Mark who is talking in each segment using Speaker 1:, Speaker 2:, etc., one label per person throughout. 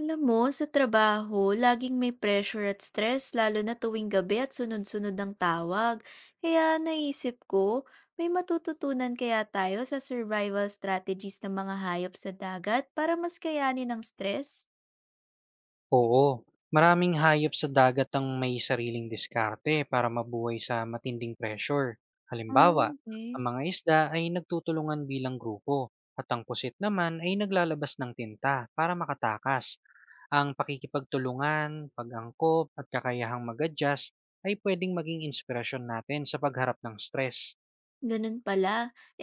Speaker 1: Alam mo, sa trabaho, laging may pressure at stress lalo na tuwing gabi at sunod-sunod ang tawag. Kaya naisip ko, may matututunan kaya tayo sa survival strategies ng mga hayop sa dagat para mas kayanin ang stress?
Speaker 2: Oo, maraming hayop sa dagat ang may sariling diskarte para mabuhay sa matinding pressure. Halimbawa,
Speaker 1: Mm,
Speaker 2: ang
Speaker 1: okay.
Speaker 2: mga isda ay nagtutulungan bilang grupo at ang pusit naman ay naglalabas ng tinta para makatakas. Ang pakikipagtulungan, pag-angkop at kakayahang mag-adjust ay pwedeng maging inspirasyon natin sa pagharap ng stress.
Speaker 1: Ganun pala.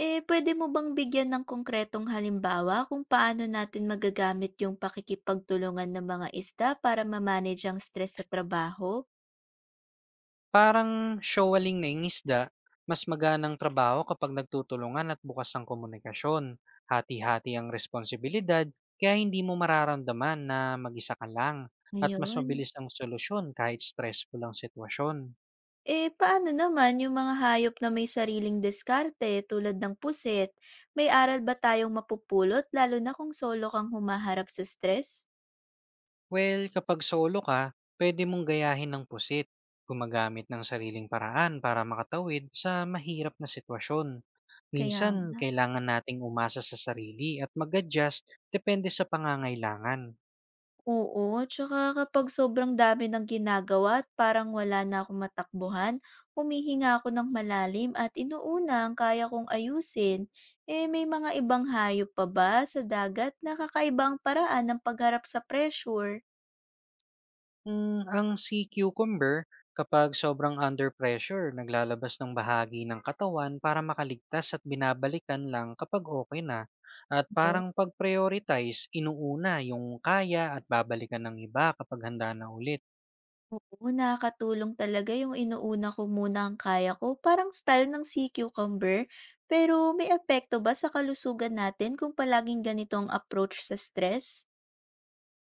Speaker 1: Eh, pwede mo bang bigyan ng konkretong halimbawa kung paano natin magagamit yung pakikipagtulungan ng mga isda para mamanage ang stress sa trabaho?
Speaker 2: Parang showaling ng isda, mas maganang trabaho kapag nagtutulungan at bukas ang komunikasyon. Hati-hati ang responsibilidad, kaya hindi mo mararamdaman na mag-isa ka lang at mas
Speaker 1: Ngayon.
Speaker 2: mabilis ang solusyon kahit stressful ang sitwasyon.
Speaker 1: Eh, paano naman yung mga hayop na may sariling diskarte tulad ng puset? May aral ba tayong mapupulot lalo na kung solo kang humaharap sa stress?
Speaker 2: Well, kapag solo ka, pwede mong gayahin ng pusit, gumagamit ng sariling paraan para makatawid sa mahirap na sitwasyon.
Speaker 1: Kaya
Speaker 2: Minsan,
Speaker 1: nga.
Speaker 2: kailangan nating umasa sa sarili at mag-adjust depende sa pangangailangan.
Speaker 1: Oo, tsaka kapag sobrang dami ng ginagawa at parang wala na akong matakbuhan, humihinga ako ng malalim at inuuna ang kaya kong ayusin. Eh, may mga ibang hayop pa ba sa dagat na kakaiba ang paraan ng pagharap sa pressure?
Speaker 2: Hmm, ang sea cucumber, kapag sobrang under pressure, naglalabas ng bahagi ng katawan para makaligtas at binabalikan lang kapag okay na. At parang pag-prioritize, inuuna yung kaya at babalikan ng iba kapag handa na ulit.
Speaker 1: Oo, nakakatulong talaga yung inuuna ko muna ang kaya ko, parang style ng sea cucumber. Pero may epekto ba sa kalusugan natin kung palaging ganito ang approach sa stress?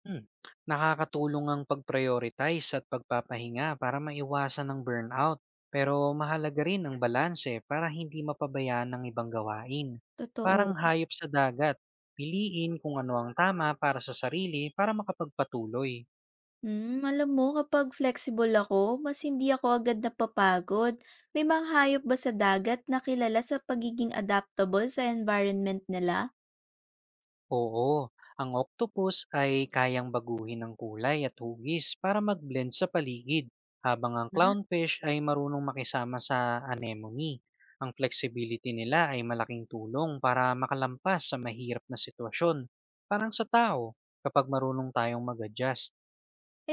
Speaker 2: Hmm, nakakatulong ang pag-prioritize at pagpapahinga para maiwasan ang burnout. Pero mahalaga rin ang balanse para hindi mapabayaan ng ibang gawain. Parang
Speaker 1: Totoo.
Speaker 2: hayop sa dagat, piliin kung ano ang tama para sa sarili para makapagpatuloy.
Speaker 1: Hmm, alam mo, kapag flexible ako, mas hindi ako agad napapagod. May mga hayop ba sa dagat na kilala sa pagiging adaptable sa environment nila?
Speaker 2: Oo, ang octopus ay kayang baguhin ng kulay at hugis para mag-blend sa paligid, habang ang
Speaker 1: Ah.
Speaker 2: clownfish ay marunong makisama sa anemone. Ang flexibility nila ay malaking tulong para makalampas sa mahirap na sitwasyon. Parang sa tao, kapag marunong tayong mag-adjust.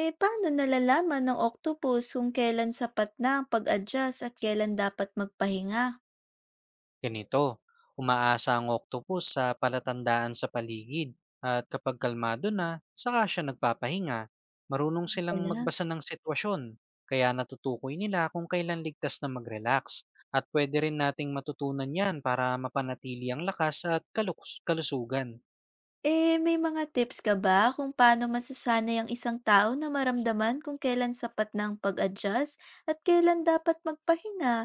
Speaker 1: Eh, paano nalalaman ng octopus kung kailan sapat na ang pag-adjust at kailan dapat magpahinga?
Speaker 2: Ganito, umaasa ang octopus sa palatandaan sa paligid at kapag kalmado na, saka siya nagpapahinga. Marunong silang
Speaker 1: Wala.
Speaker 2: magbasa ng sitwasyon, kaya natutukoy nila kung kailan ligtas na mag-relax. At pwede rin nating matutunan yan para mapanatili ang lakas at kalusugan.
Speaker 1: Eh, may mga tips ka ba kung paano masasanay ang isang tao na maramdaman kung kailan sapat na ang pag-adjust at kailan dapat magpahinga,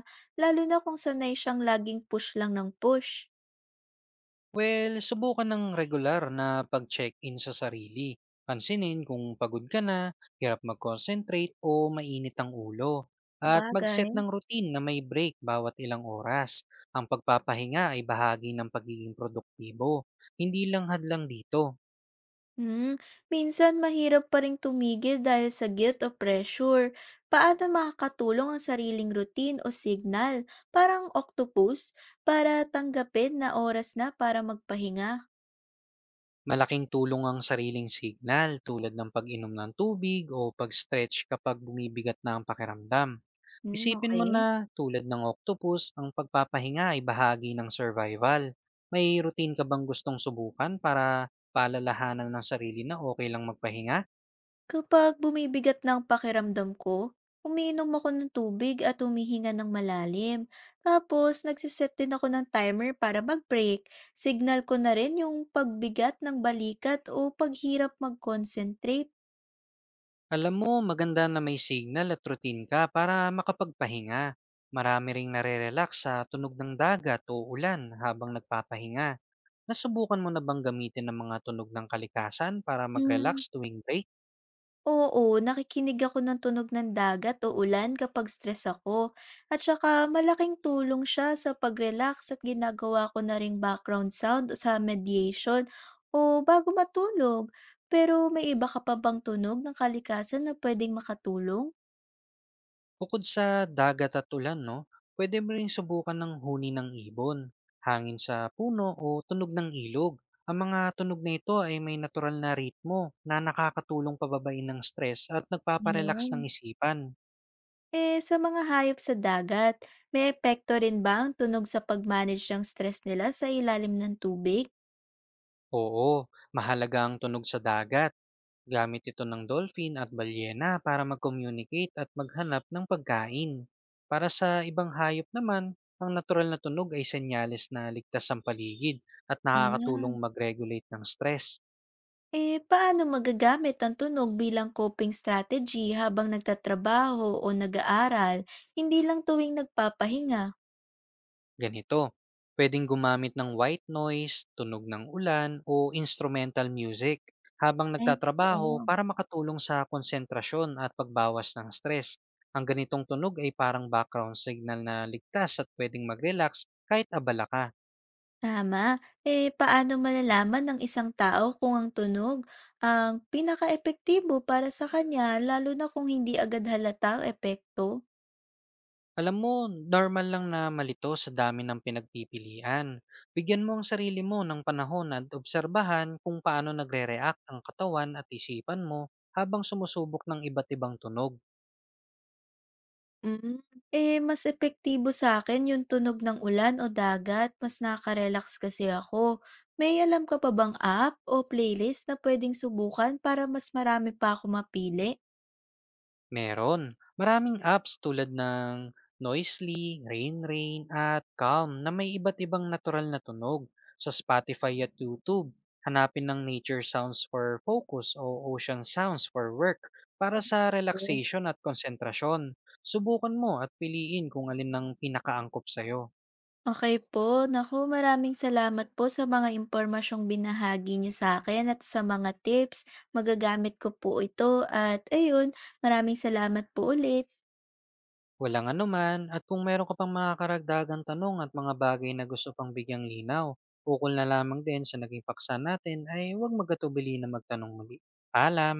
Speaker 1: lalo na kung sanay siyang laging push lang ng push?
Speaker 2: Well, subukan ng regular na pag-check-in sa sarili. Pansinin kung pagod ka na, hirap mag-concentrate o mainit ang ulo. At
Speaker 1: Bagay.
Speaker 2: mag-set ng routine na may break bawat ilang oras. Ang pagpapahinga ay bahagi ng pagiging produktibo, hindi lang hadlang dito.
Speaker 1: Hmm, minsan mahirap pa rin tumigil dahil sa guilt o pressure. Paano makakatulong ang sariling routine o signal, parang octopus, para tanggapin na oras na para magpahinga?
Speaker 2: Malaking tulong ang sariling signal tulad ng pag-inom ng tubig o pag-stretch kapag bumibigat na ang pakiramdam.
Speaker 1: Hmm,
Speaker 2: Isipin mo
Speaker 1: okay.
Speaker 2: na tulad ng octopus, ang pagpapahinga ay bahagi ng survival. May routine ka bang gustong subukan para paalalahanan ng sarili na okay lang magpahinga?
Speaker 1: Kapag bumibigat ng pakiramdam ko, umiinom ako ng tubig at humihinga ng malalim. Tapos, nagsiset din ako ng timer para mag-break. Signal ko na rin yung pagbigat ng balikat o paghirap mag-concentrate.
Speaker 2: Alam mo, maganda na may signal at routine ka para makapagpahinga. Marami ring nare-relax sa tunog ng dagat o ulan habang nagpapahinga. Nasubukan mo na bang gamitin ang mga tunog ng kalikasan para mag-relax
Speaker 1: Hmm.
Speaker 2: tuwing break?
Speaker 1: Oo, nakikinig ako ng tunog ng dagat o ulan kapag stress ako. At saka malaking tulong siya sa pag-relax at ginagawa ko na ring background sound sa mediation o bago matulog. Pero may iba ka pa bang tunog ng kalikasan na pwedeng makatulong?
Speaker 2: Bukod sa dagat at ulan, no, pwede mo ring subukan ng huni ng ibon, hangin sa puno o tunog ng ilog. Ang mga tunog na ito ay may natural na ritmo na nakakatulong pababain ng stress at nagpaparelax ng
Speaker 1: Yun.
Speaker 2: isipan.
Speaker 1: Eh, sa mga hayop sa dagat, may epekto rin ba ang tunog sa pag-manage ng stress nila sa ilalim ng tubig?
Speaker 2: Oo, mahalaga ang tunog sa dagat. Gamit ito ng dolphin at balyena para mag-communicate at maghanap ng pagkain. Para sa ibang hayop naman, ang natural na tunog ay senyales na ligtas ang paligid at
Speaker 1: Ah.
Speaker 2: nakakatulong mag-regulate ng stress.
Speaker 1: Eh, paano magagamit ang tunog bilang coping strategy habang nagtatrabaho o nag-aaral, hindi lang tuwing nagpapahinga?
Speaker 2: Ganito, pwedeng gumamit ng white noise, tunog ng ulan o instrumental music habang
Speaker 1: Ay,
Speaker 2: nagtatrabaho
Speaker 1: totoo.
Speaker 2: para makatulong sa konsentrasyon at pagbawas ng stress. Ang ganitong tunog ay parang background signal na ligtas at pwedeng mag-relax kahit abala ka.
Speaker 1: Tama. Eh, paano malalaman ng isang tao kung ang tunog ang pinaka-epektibo para sa kanya, lalo na kung hindi agad halata ang epekto?
Speaker 2: Alam mo, normal lang na malito sa dami ng pinagpipilian. Bigyan mo ang sarili mo ng panahon at obserbahan kung paano nagre-react ang katawan at isipan mo habang sumusubok ng iba't ibang tunog.
Speaker 1: Hmm, eh, mas epektibo sa akin yung tunog ng ulan o dagat, mas nakarelax kasi ako. May alam ka pa bang app o playlist na puwedeng subukan para mas marami pa ako mapili?
Speaker 2: Meron. Maraming apps tulad ng Noisely, RainRain at Calm na may iba't ibang natural na tunog sa Spotify at YouTube. Hanapin ng nature sounds for focus o ocean sounds for work para sa
Speaker 1: Sige.
Speaker 2: relaxation at konsentrasyon. Subukan mo at piliin kung alin ang pinakaangkop sa'yo.
Speaker 1: Okey po, naku maraming salamat po sa mga impormasyong binahagi niyo sa akin at sa mga tips. Magagamit ko po ito at ayun, maraming salamat po ulit.
Speaker 2: Walang anuman, at kung meron ka pang mga karagdagang tanong at mga bagay na gusto pang bigyang linaw, ukol na lamang din sa naging paksa natin, ay huwag magatubili na magtanong muli. Paalam!